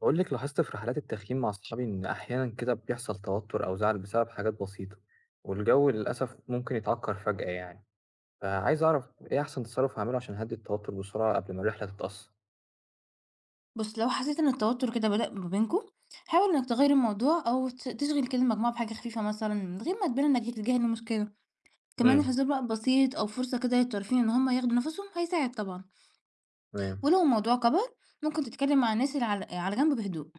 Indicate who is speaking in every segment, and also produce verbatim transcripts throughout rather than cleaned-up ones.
Speaker 1: بقول لك لاحظت في رحلات التخييم مع أصحابي إن أحيانا كده بيحصل توتر أو زعل بسبب حاجات بسيطة، والجو للأسف ممكن يتعكر فجأة يعني. فعايز أعرف إيه أحسن تصرف هعمله عشان أهدي التوتر بسرعة قبل ما الرحلة تتأثر.
Speaker 2: بُص، لو حسيت إن التوتر كده بدأ ما بينكم، حاول إنك تغيّر الموضوع أو ت تشغل كده المجموعة بحاجة خفيفة مثلًا من غير ما تبان إنك بتتجاهل المشكلة. كمان
Speaker 1: امم
Speaker 2: الهزار بقى البسيط أو فرصة كده للطرفين إن هم ياخدوا نفسهم هيساعد طبعًا،
Speaker 1: تمام.
Speaker 2: ولو الموضوع كبر ممكن تتكلم مع الناس اللي على على جنب بهدوء.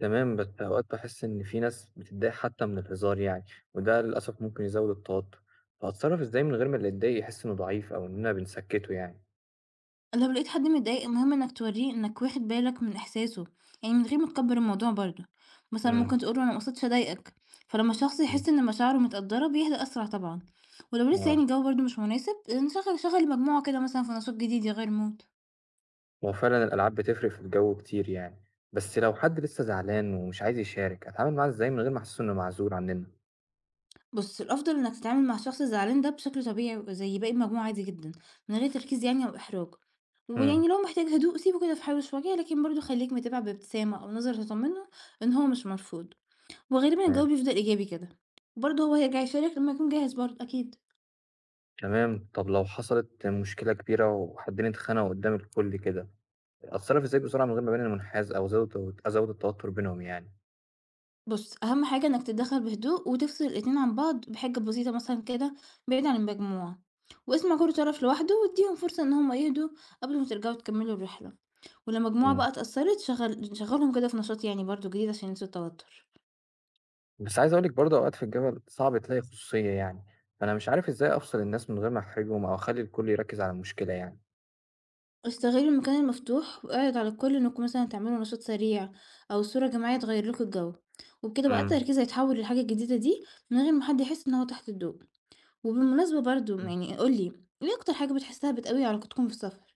Speaker 1: تمام بس أوقات بحس إن في ناس بتتضايق حتى من الهزار يعني، وده للأسف ممكن يزود التوتر، فأتصرف إزاي من غير ما اللي يتضايق يحس إنه ضعيف أو إننا بنسكته يعني.
Speaker 2: لو لقيت حد متضايق المهم إنك تورّيه إنك واخد بالك من إحساسه، يعني من غير ما تكبّر الموضوع برضه، مثلًا
Speaker 1: امم
Speaker 2: ممكن تقول له أنا ما قصدتش أضايقك، فلمّا الشخص يحس إن مشاعره متقدّرة بيهدأ أسرع طبعًا، ولو لسه
Speaker 1: آه.
Speaker 2: يعني الجو برضه مش مناسب نشغّل شغّل المجموعة كده مثلًا في نشاط جديد يغيّر المود.
Speaker 1: هو فعلًا الألعاب بتفرق في الجو كتير يعني، بس لو حد لسه زعلان ومش عايز يشارك، أتعامل معاه إزاي من غير ما أحسسه إنه معزول عننا؟
Speaker 2: بُص، الأفضل إنك تتعامل مع الشخص الزعلان ده بشكل طبيعي زي باقي المجموعة عادي جدًا، من غير تركيز يعني أو إحراج،
Speaker 1: امم.
Speaker 2: ويعني لو محتاج هدوء سيبه كده في حاله شوية، لكن برضه خلّيك متابع بابتسامة أو نظرة تطمّنه إن هو مش مرفوض. وغالبًا الجواب
Speaker 1: تمام.
Speaker 2: بيفضل إيجابي كده، برضه هو هيرجع يشارك لمّا يكون جاهز برضه أكيد.
Speaker 1: تمام. طب لو حصلت مشكلة كبيرة وحدين اتخانقوا قدام الكل كده، أتصرف إزاي بسرعة من غير ما أبين إني منحاز أو أزود أزود التوتر بينهم يعني؟
Speaker 2: بُص، أهم حاجة إنك تتدخل بهدوء وتفصل الاتنين عن بعض بحاجة بسيطة مثلًا كده بعيد عن المجموعة، واسمع كل طرف لوحده واديهم فرصة إن هم يهدوا قبل ما ترجعوا تكملوا الرحلة، ولو مجموعة
Speaker 1: امم.
Speaker 2: بقى اتأثرت شغل شغّلهم كده في نشاط يعني برضه جديد عشان ينسوا التوتر.
Speaker 1: بس عايز أقول لِك برضه أوقات في الجبل صعب تلاقي خصوصية يعني، فأنا مش عارف إزاي أفصل الناس من غير ما أحرجهم أو أخلي الكل يركز على المشكلة يعني.
Speaker 2: استغل المكان المفتوح واعرض على الكل إنكم مثلًا تعملوا نشاط سريع أو صورة جماعية تغير لكم الجو، وبكده بقى
Speaker 1: امم.
Speaker 2: التركيز هيتحول للحاجة الجديدة دي من غير ما حد يحس إن هو تحت الضوء. وبالمناسبة برضه م
Speaker 1: امم.
Speaker 2: يعني قُل لي، إيه أكتر حاجة بتحسّها بتقوي علاقتكم في السفر؟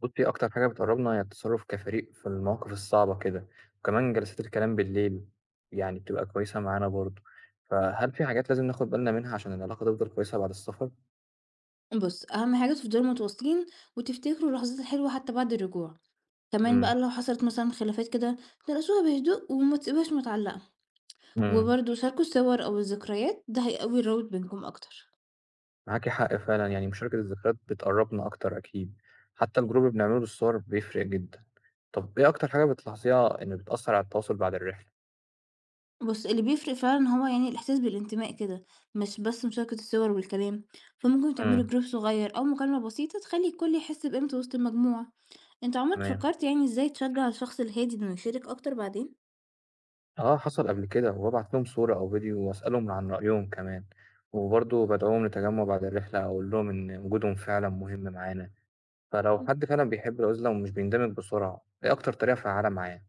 Speaker 1: بُصّي، أكتر حاجة بتقرّبنا هي التصرُّف كفريق في المواقف الصعبة كده، وكمان جلسات الكلام بالليل يعني بتبقى كويسة معانا برضه، فهل في حاجات لازم ناخُد بالنا منها عشان العلاقة تفضل كويسة بعد السفر؟
Speaker 2: بُص، أهم حاجة تفضلوا متواصلين وتفتكروا اللحظات الحلوة حتى بعد الرجوع، كمان
Speaker 1: إمم.
Speaker 2: بقى لو حصلت مثلًا خلافات كده تناقشوها بهدوء وما تسيبوهاش متعلقة،
Speaker 1: إمم.
Speaker 2: وبرضه شاركوا الصور أو الذكريات، ده هيقوي الروابط بينكم أكتر.
Speaker 1: معاكِ حق فعلًا، يعني مشاركة الذكريات بتقرّبنا أكتر أكيد، حتى الجروب اللي بنعمله بالصور بيفرق جدًا. طَب إيه أكتر حاجة بتلاحظيها إن بتأثّر على التواصل بعد الرحلة؟
Speaker 2: بُص، اللي بيفرق فعلًا هو يعني الإحساس بالانتماء كده، مش بس مشاركة الصور والكلام، فممكن تعملوا
Speaker 1: إمم.
Speaker 2: جروب صغير أو مكالمة بسيطة تخلّي الكل يحس بقيمته وسط المجموعة. أنت عمرك
Speaker 1: تمام.
Speaker 2: فكرت يعني إزاي تشجع الشخص الهادي إنه يشارك أكتر بعدين؟
Speaker 1: آه، حصل قبل كده وبابعت لهم صورة أو فيديو وأسألهم عن رأيهم كمان، وبرضه بدعوهم لتجمع بعد الرحلة أو أقول لهم إن وجودهم فعلا مهم معانا، فلو حد فعلا بيحب العزلة ومش بيندمج بسرعة، إيه أكتر طريقة فعالة معاه؟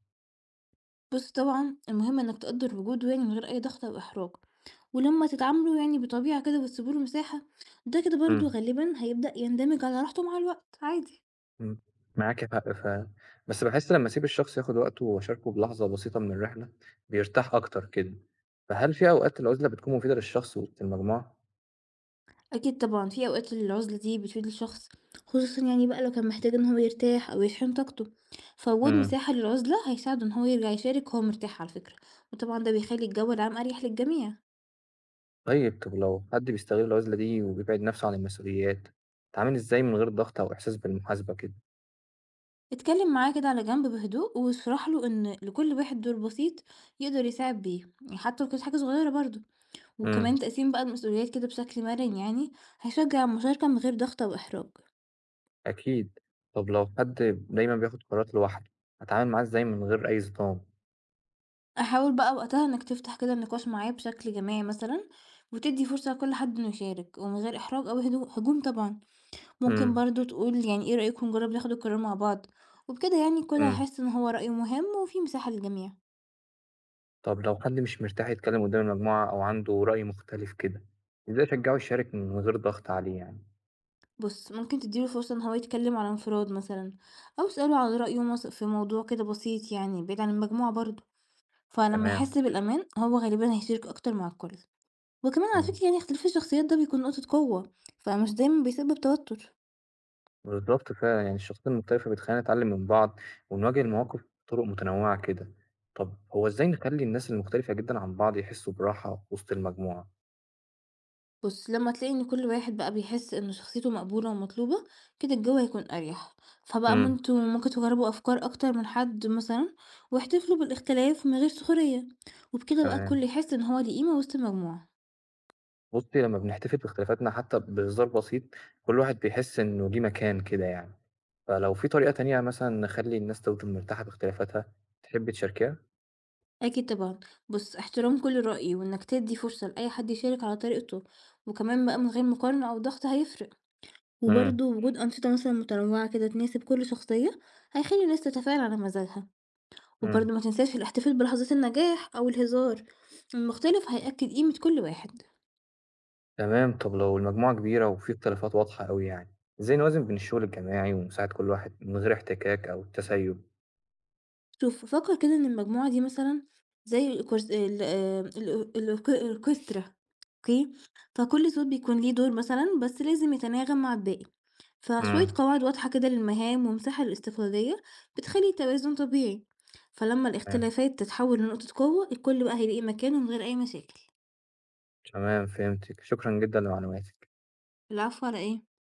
Speaker 2: بُص، طبعًا المهم إنك تقدّر وجوده يعني من غير أي ضغط أو إحراج، ولمّا تتعاملوا يعني بطبيعة كده وتسيبوا له مساحة، ده كده برضه
Speaker 1: إمم،
Speaker 2: غالبًا هيبدأ يندمج على راحته مع الوقت عادي.
Speaker 1: إمم، معاكِ حق فعلا، بس باحس لما أسيب الشخص ياخد وقته وأشاركه بلحظة بسيطة من الرحلة بيرتاح أكتر كده، فهل في أوقات العزلة بتكون مفيدة للشخص وسط المجموعة؟
Speaker 2: أكيد طبعًا، في أوقات العُزلة دي بتفيد الشخص، خصوصًا يعني بقى لو كان محتاج إن هو يرتاح أو يشحن طاقته، فوجود
Speaker 1: إمم.
Speaker 2: مساحة للعُزلة هيساعده إن هو يرجع يشارك وهو مرتاح على فكرة، وطبعًا ده بيخلّي الجو العام أريح للجميع.
Speaker 1: طيب. طب لو حد بيستغل العزلة دي وبيبعد نفسه عن المسؤوليات اتعامل ازاي من غير ضغط أو إحساس بالمحاسبة كده؟
Speaker 2: اتكلم معاه كده على جنب بهدوء واشرح له إن لكل واحد دور بسيط يقدر يساعد بيه، يعني حتى لو كانت حاجة صغيرة برضه، وكمان
Speaker 1: امم.
Speaker 2: تقسيم بقى المسؤوليات كده بشكل مرن يعني هيشجع المشاركة من غير ضغط أو إحراج.
Speaker 1: أكيد. طب لو حد دايما بياخد قرارات لوحده هتعامل معاه ازاي من غير أي صدام؟
Speaker 2: حاول بقى وقتها إنك تفتح كده النقاش معاه بشكل جماعي مثلًا، وتدّي فرصة لكل حد إنه يشارك ومن غير إحراج أو هدو هجوم طبعًا، ممكن
Speaker 1: امم
Speaker 2: برضه تقول يعني إيه رأيكم نجرّب ناخد القرار مع بعض، وبكده يعني الكل
Speaker 1: امم
Speaker 2: هيحس إن هو رأيه مهم وفي مساحة للجميع.
Speaker 1: طب لو حد مش مرتاح يتكلم قدام المجموعة أو عنده رأي مختلف كده ازاي أشجعه يشارك من غير ضغط عليه يعني؟
Speaker 2: بُص، ممكن تدّي له فرصة إن هو يتكلم عن انفراد مثلًا، أو اسأله على رأيه مث في موضوع كده بسيط يعني بعيد عن المجموعة برضه، فلمّا يحس
Speaker 1: تمام.
Speaker 2: بالأمان هو غالبًا هيشارك أكتر مع الكل. وكمان على
Speaker 1: امم.
Speaker 2: فكرة يعني اختلاف الشخصيات ده بيكون نقطة قوة، فمش دايمًا بيسبب توتر.
Speaker 1: بالضبط فعلًا، يعني الشخصيات المختلفة بتخلّينا نتعلم من بعض، ونواجه المواقف بطرق متنوعة كده. طب هو إزاي نخلّي الناس المختلفة جدًا عن بعض يحسّوا براحة وسط المجموعة؟
Speaker 2: بُص، لمّا تلاقي إن كل واحد بقى بيحس إن شخصيته مقبولة ومطلوبة، كده الجو هيكون أريح. فبقى ما
Speaker 1: إمم.
Speaker 2: أنتم ممكن تجربوا أفكار أكتر من حد مثلًا، واحتفلوا بالاختلاف من غير سخرية، وبكده بقى
Speaker 1: تمام.
Speaker 2: الكل يحس إن هو ليه قيمة وسط المجموعة.
Speaker 1: بُصّي، لمّا بنحتفل باختلافاتنا حتى بهزار بسيط، كل واحد بيحس إنه ليه مكان كده يعني. فلو في طريقة تانية مثلًا نخلّي الناس تفضل مرتاحة باختلافاتها، تحبّي تشاركيها؟
Speaker 2: أكيد طبعًا. بُص، احترام كل رأي وإنك تدّي فرصة لأي حد يشارك على طريقته، وكمان بقى من غير مقارنة أو ضغط هيفرق.
Speaker 1: إمم.
Speaker 2: وبرضه وجود أنشطة مثلًا متنوعة كده تناسب كل شخصية، هيخلي الناس تتفاعل على مزاجها.
Speaker 1: إمم.
Speaker 2: وبرضه ما تنساش الاحتفال بلحظات النجاح أو الهزار المختلف هيأكد قيمة كل واحد.
Speaker 1: تمام. طب لو المجموعة كبيرة وفي اختلافات واضحة أوي يعني، إزاي نوازن بين الشغل الجماعي ومساعدة كل واحد من غير احتكاك أو تسيُّب؟
Speaker 2: شوف فكر كده إن المجموعة دي مثلا زي الأوركس- ال- آه، الأو- الأورك- الأوركسترا. اوكي، فكل صوت بيكون ليه دور مثلا بس لازم يتناغم مع الباقي، فشوية
Speaker 1: إمم.
Speaker 2: قواعد واضحة كده للمهام ومساحة للاستقلالية بتخلي توازن طبيعي، فلما
Speaker 1: تمام.
Speaker 2: الاختلافات تتحول لنقطة قوة الكل بقى هيلاقي مكانه من غير أي مشاكل.
Speaker 1: تمام فهمتِك، شكرًا جدًا لمعلوماتِك.
Speaker 2: العفو على ايه